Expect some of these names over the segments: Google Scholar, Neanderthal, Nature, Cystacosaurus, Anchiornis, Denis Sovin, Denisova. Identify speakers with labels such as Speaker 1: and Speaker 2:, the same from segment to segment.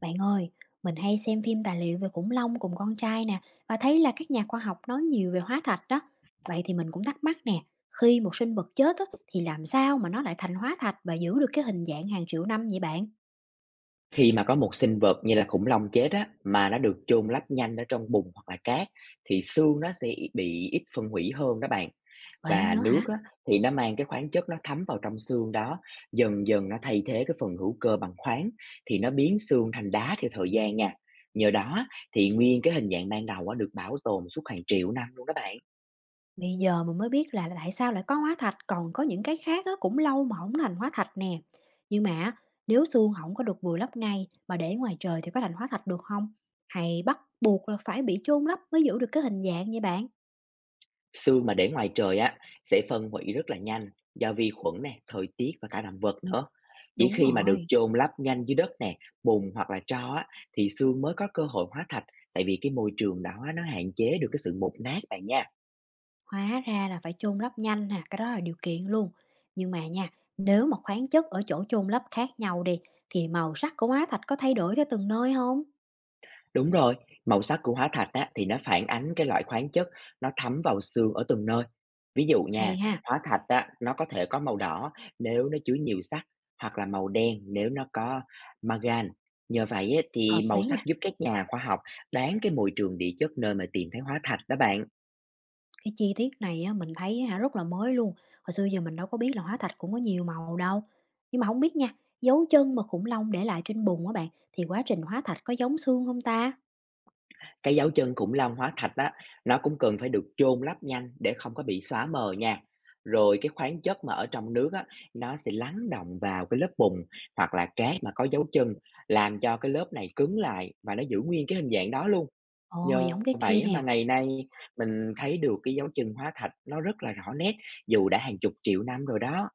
Speaker 1: Bạn ơi, mình hay xem phim tài liệu về khủng long cùng con trai nè, và thấy là các nhà khoa học nói nhiều về hóa thạch đó. Vậy thì mình cũng thắc mắc nè, khi một sinh vật chết á, thì làm sao mà nó lại thành hóa thạch và giữ được cái hình dạng hàng triệu năm vậy bạn?
Speaker 2: Khi mà có một sinh vật như là khủng long chết á, mà nó được chôn lấp nhanh ở trong bùn hoặc là cát thì xương nó sẽ bị ít phân hủy hơn đó bạn.
Speaker 1: Vậy
Speaker 2: Và
Speaker 1: nữa
Speaker 2: nước
Speaker 1: hả?
Speaker 2: á, thì nó mang cái khoáng chất nó thấm vào trong xương đó, dần dần nó thay thế cái phần hữu cơ bằng khoáng thì nó biến xương thành đá theo thời gian nha. Nhờ đó thì nguyên cái hình dạng ban đầu á, được bảo tồn suốt hàng triệu năm luôn đó bạn.
Speaker 1: Bây giờ mình mới biết là tại sao lại có hóa thạch, còn có những cái khác á, cũng lâu mà không thành hóa thạch nè. Nhưng mà á, nếu xương không có được vùi lấp ngay mà để ngoài trời thì có thành hóa thạch được không? Hay bắt buộc là phải bị chôn lấp mới giữ được cái hình dạng vậy bạn?
Speaker 2: Sương mà để ngoài trời á sẽ phân hủy rất là nhanh do vi khuẩn nè, thời tiết và cả động vật nữa. Chỉ
Speaker 1: Đúng
Speaker 2: khi mà được
Speaker 1: rồi.
Speaker 2: chôn lấp nhanh dưới đất nè, bùn hoặc là tro á thì sương mới có cơ hội hóa thạch, tại vì cái môi trường đó á, nó hạn chế được cái sự mục nát bạn nha.
Speaker 1: Hóa ra là phải chôn lấp nhanh nè, cái đó là điều kiện luôn. Nhưng mà nha, nếu mà khoáng chất ở chỗ chôn lấp khác nhau đi thì màu sắc của hóa thạch có thay đổi theo từng nơi không?
Speaker 2: Đúng rồi, màu sắc của hóa thạch á, thì nó phản ánh cái loại khoáng chất nó thấm vào xương ở từng nơi. Ví dụ nha,
Speaker 1: Hay ha,
Speaker 2: hóa thạch á, nó có thể có màu đỏ nếu nó chứa nhiều sắt, hoặc là màu đen nếu nó có magan. Nhờ vậy á, thì
Speaker 1: hợp
Speaker 2: màu
Speaker 1: lý
Speaker 2: sắc
Speaker 1: nè.
Speaker 2: giúp các nhà khoa học đoán cái môi trường địa chất nơi mà tìm thấy hóa thạch đó bạn.
Speaker 1: Cái chi tiết này á, mình thấy á hả rất là mới luôn. Hồi xưa giờ mình đâu có biết là hóa thạch cũng có nhiều màu đâu. Nhưng mà không biết nha, dấu chân mà khủng long để lại trên bùn á bạn, thì quá trình hóa thạch có giống xương không ta?
Speaker 2: Cái dấu chân khủng long hóa thạch á, nó cũng cần phải được chôn lấp nhanh để không có bị xóa mờ nha. Rồi cái khoáng chất mà ở trong nước á, nó sẽ lắng đọng vào cái lớp bùn hoặc là cát mà có dấu chân, làm cho cái lớp này cứng lại và nó giữ nguyên cái hình dạng đó luôn.
Speaker 1: Ồ,
Speaker 2: Nhờ
Speaker 1: giống cái kia
Speaker 2: vậy á
Speaker 1: nè.
Speaker 2: mà ngày nay mình thấy được cái dấu chân hóa thạch nó rất là rõ nét, dù đã hàng chục triệu năm rồi đó.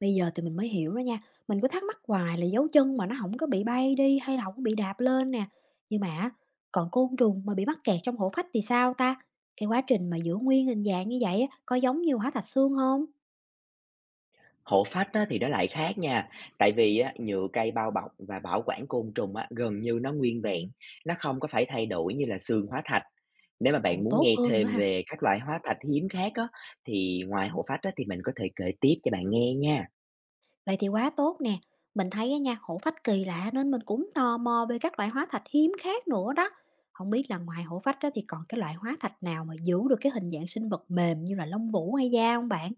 Speaker 1: Bây giờ thì mình mới hiểu đó nha, mình cứ thắc mắc hoài là dấu chân mà nó không có bị bay đi hay là hổng bị đạp lên nè. Nhưng mà á, còn côn trùng mà bị mắc kẹt trong hổ phách thì sao ta? Cái quá trình mà giữ nguyên hình dạng như vậy á, có giống như hóa thạch xương không?
Speaker 2: Hổ phách á, thì nó lại khác nha, tại vì á, nhựa cây bao bọc và bảo quản côn trùng á, gần như nó nguyên vẹn, nó không có phải thay đổi như là xương hóa thạch. Nếu mà
Speaker 1: Còn
Speaker 2: bạn muốn
Speaker 1: tốt
Speaker 2: nghe
Speaker 1: hơn nữa
Speaker 2: thêm
Speaker 1: ha.
Speaker 2: về các loại hóa thạch hiếm khác á, thì ngoài hổ phách á, thì mình có thể kể tiếp cho bạn nghe nha.
Speaker 1: Vậy thì quá tốt nè. Mình thấy á nha, hổ phách kỳ lạ nên mình cũng tò mò về các loại hóa thạch hiếm khác nữa đó. Không biết là ngoài hổ phách đó thì còn cái loại hóa thạch nào mà giữ được cái hình dạng sinh vật mềm như là lông vũ hay da không bạn?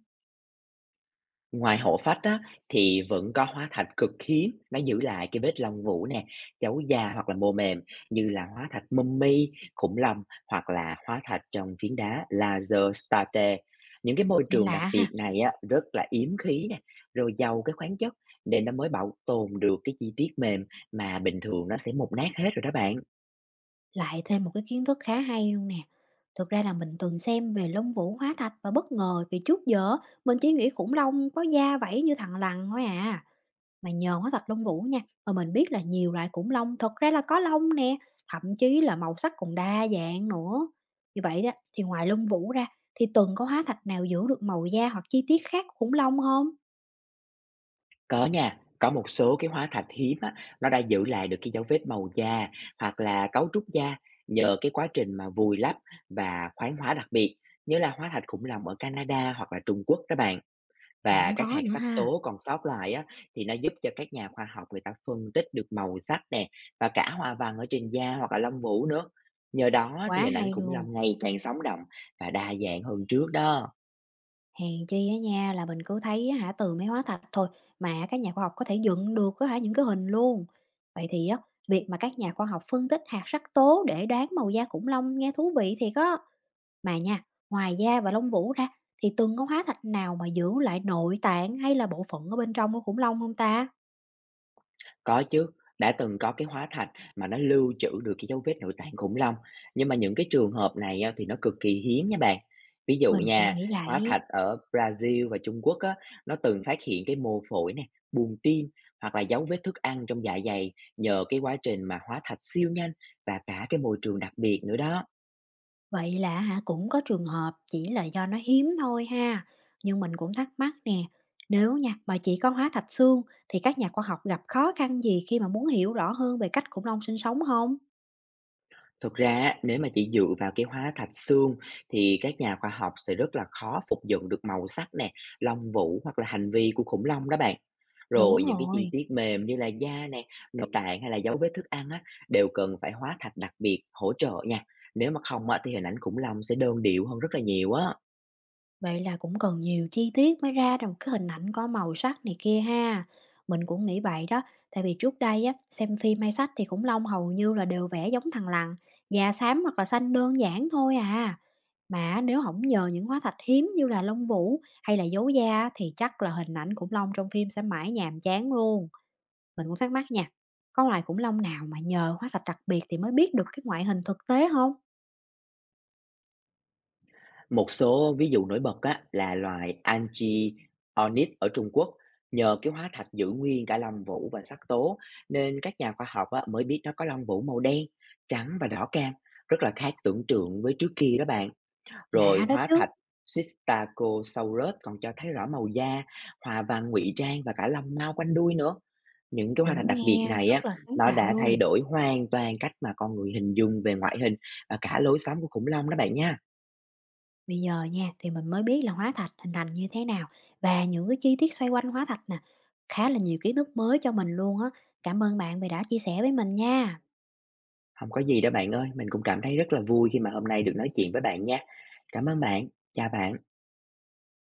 Speaker 2: Ngoài hộ phách á, thì vẫn có hóa thạch cực hiếm, nó giữ lại cái vết lông vũ nè, cháu da hoặc là mô mềm, như là hóa thạch mummy, khủng long, hoặc là hóa thạch trong phiến đá laser state. Những cái môi
Speaker 1: Nghe
Speaker 2: trường đặc
Speaker 1: lạ
Speaker 2: biệt
Speaker 1: ha.
Speaker 2: này á, rất là yếm khí nè, rồi giàu cái khoáng chất, nên nó mới bảo tồn được cái chi tiết mềm mà bình thường nó sẽ mục nát hết rồi đó bạn.
Speaker 1: Lại thêm một cái kiến thức khá hay luôn nè. Thực ra là mình từng xem về lông vũ hóa thạch và bất ngờ vì trước giờ á, mình chỉ nghĩ khủng long có da vảy như thằn lằn thôi à. Mà nhờ hóa thạch lông vũ nha, mà mình biết là nhiều loại khủng long thật ra là có lông nè, thậm chí là màu sắc còn đa dạng nữa. Như vậy đó, thì ngoài lông vũ ra thì từng có hóa thạch nào giữ được màu da hoặc chi tiết khác của khủng long không?
Speaker 2: Có nha, có một số cái hóa thạch hiếm á, nó đã giữ lại được cái dấu vết màu da hoặc là cấu trúc da, nhờ cái quá trình mà vùi lấp và khoáng hóa đặc biệt, như là hóa thạch khủng long ở Canada hoặc là Trung Quốc đó bạn. Và
Speaker 1: Cũng
Speaker 2: các
Speaker 1: có
Speaker 2: hạt
Speaker 1: nữa
Speaker 2: sắc
Speaker 1: ha,
Speaker 2: tố còn sót lại á, thì nó giúp cho các nhà khoa học người ta phân tích được màu sắc nè, và cả hoa văn ở trên da hoặc là lông vũ nữa. Nhờ đó
Speaker 1: quá
Speaker 2: thì hình ảnh
Speaker 1: hay
Speaker 2: khủng
Speaker 1: luôn.
Speaker 2: long ngày càng sống động và đa dạng hơn trước đó.
Speaker 1: Hèn chi á nha là mình cứ thấy á hả, từ mấy hóa thạch thôi, mà các nhà khoa học có thể dựng được á hả, những cái hình luôn. Vậy thì á, việc mà các nhà khoa học phân tích hạt sắc tố để đoán màu da khủng long nghe thú vị thiệt á. Mà nha, ngoài da và lông vũ ra thì từng có hóa thạch nào mà giữ lại nội tạng hay là bộ phận ở bên trong của khủng long không ta?
Speaker 2: Có chứ, đã từng có cái hóa thạch mà nó lưu trữ được cái dấu vết nội tạng khủng long, nhưng mà những cái trường hợp này á, thì nó cực kỳ hiếm nha bạn. Ví dụ
Speaker 1: Mình cũng
Speaker 2: nha,
Speaker 1: nghĩ
Speaker 2: hóa
Speaker 1: vậy.
Speaker 2: thạch ở Brazil và Trung Quốc á, nó từng phát hiện cái mô phổi nè, buồng tim, hoặc là dấu vết thức ăn trong dạ dày, nhờ cái quá trình mà hóa thạch siêu nhanh và cả cái môi trường đặc biệt nữa đó.
Speaker 1: Vậy là hả, cũng có trường hợp chỉ là do nó hiếm thôi ha. Nhưng mình cũng thắc mắc nè, nếu nha mà chỉ có hóa thạch xương thì các nhà khoa học gặp khó khăn gì khi mà muốn hiểu rõ hơn về cách khủng long sinh sống không?
Speaker 2: Thực ra á, nếu mà chỉ dựa vào cái hóa thạch xương thì các nhà khoa học sẽ rất là khó phục dựng được màu sắc nè, lông vũ, hoặc là hành vi của khủng long đó bạn. Rồi
Speaker 1: Đúng
Speaker 2: những cái chi
Speaker 1: rồi,
Speaker 2: tiết mềm như là da nè, nội tạng hay là dấu vết thức ăn á, đều cần phải hóa thạch đặc biệt hỗ trợ nha. Nếu mà không á, thì hình ảnh khủng long sẽ đơn điệu hơn rất là nhiều á.
Speaker 1: vậy là cũng cần nhiều chi tiết mới ra được một cái hình ảnh có màu sắc này kia ha. Mình cũng nghĩ vậy đó, tại vì trước đây á, xem phim hay sách thì khủng long hầu như là đều vẽ giống thằn lằn, da xám hoặc là xanh đơn giản thôi à. Mà nếu không nhờ những hóa thạch hiếm như là lông vũ hay là dấu da thì chắc là hình ảnh khủng long trong phim sẽ mãi nhàm chán luôn. Mình cũng thắc mắc nha, có loài khủng long nào mà nhờ hóa thạch đặc biệt thì mới biết được cái ngoại hình thực tế không?
Speaker 2: Một số ví dụ nổi bật á, là loài Anchiornis ở Trung Quốc, nhờ cái hóa thạch giữ nguyên cả lông vũ và sắc tố nên các nhà khoa học á, mới biết nó có lông vũ màu đen, trắng và đỏ cam, rất là khác tưởng tượng với trước kia đó bạn.
Speaker 1: Lạ
Speaker 2: Rồi
Speaker 1: đó
Speaker 2: hóa
Speaker 1: chứ,
Speaker 2: thạch Cystacosaurus còn cho thấy rõ màu da, hoa văn ngụy trang và cả lông mao quanh đuôi nữa. Những cái hóa thạch
Speaker 1: cũng
Speaker 2: đặc biệt
Speaker 1: nghe
Speaker 2: này á,
Speaker 1: rất là sáng
Speaker 2: nó
Speaker 1: tạo
Speaker 2: đã thay
Speaker 1: luôn.
Speaker 2: đổi hoàn toàn cách mà con người hình dung về ngoại hình và cả lối sống của khủng long đó bạn nha.
Speaker 1: Bây giờ nha, thì mình mới biết là hóa thạch hình thành như thế nào và những cái chi tiết xoay quanh hóa thạch nè. Khá là nhiều kiến thức mới cho mình luôn á. Cảm ơn bạn vì đã chia sẻ với mình nha.
Speaker 2: Không có gì đâu bạn ơi, mình cũng cảm thấy rất là vui khi mà hôm nay được nói chuyện với bạn nha. Cảm ơn bạn, chào bạn.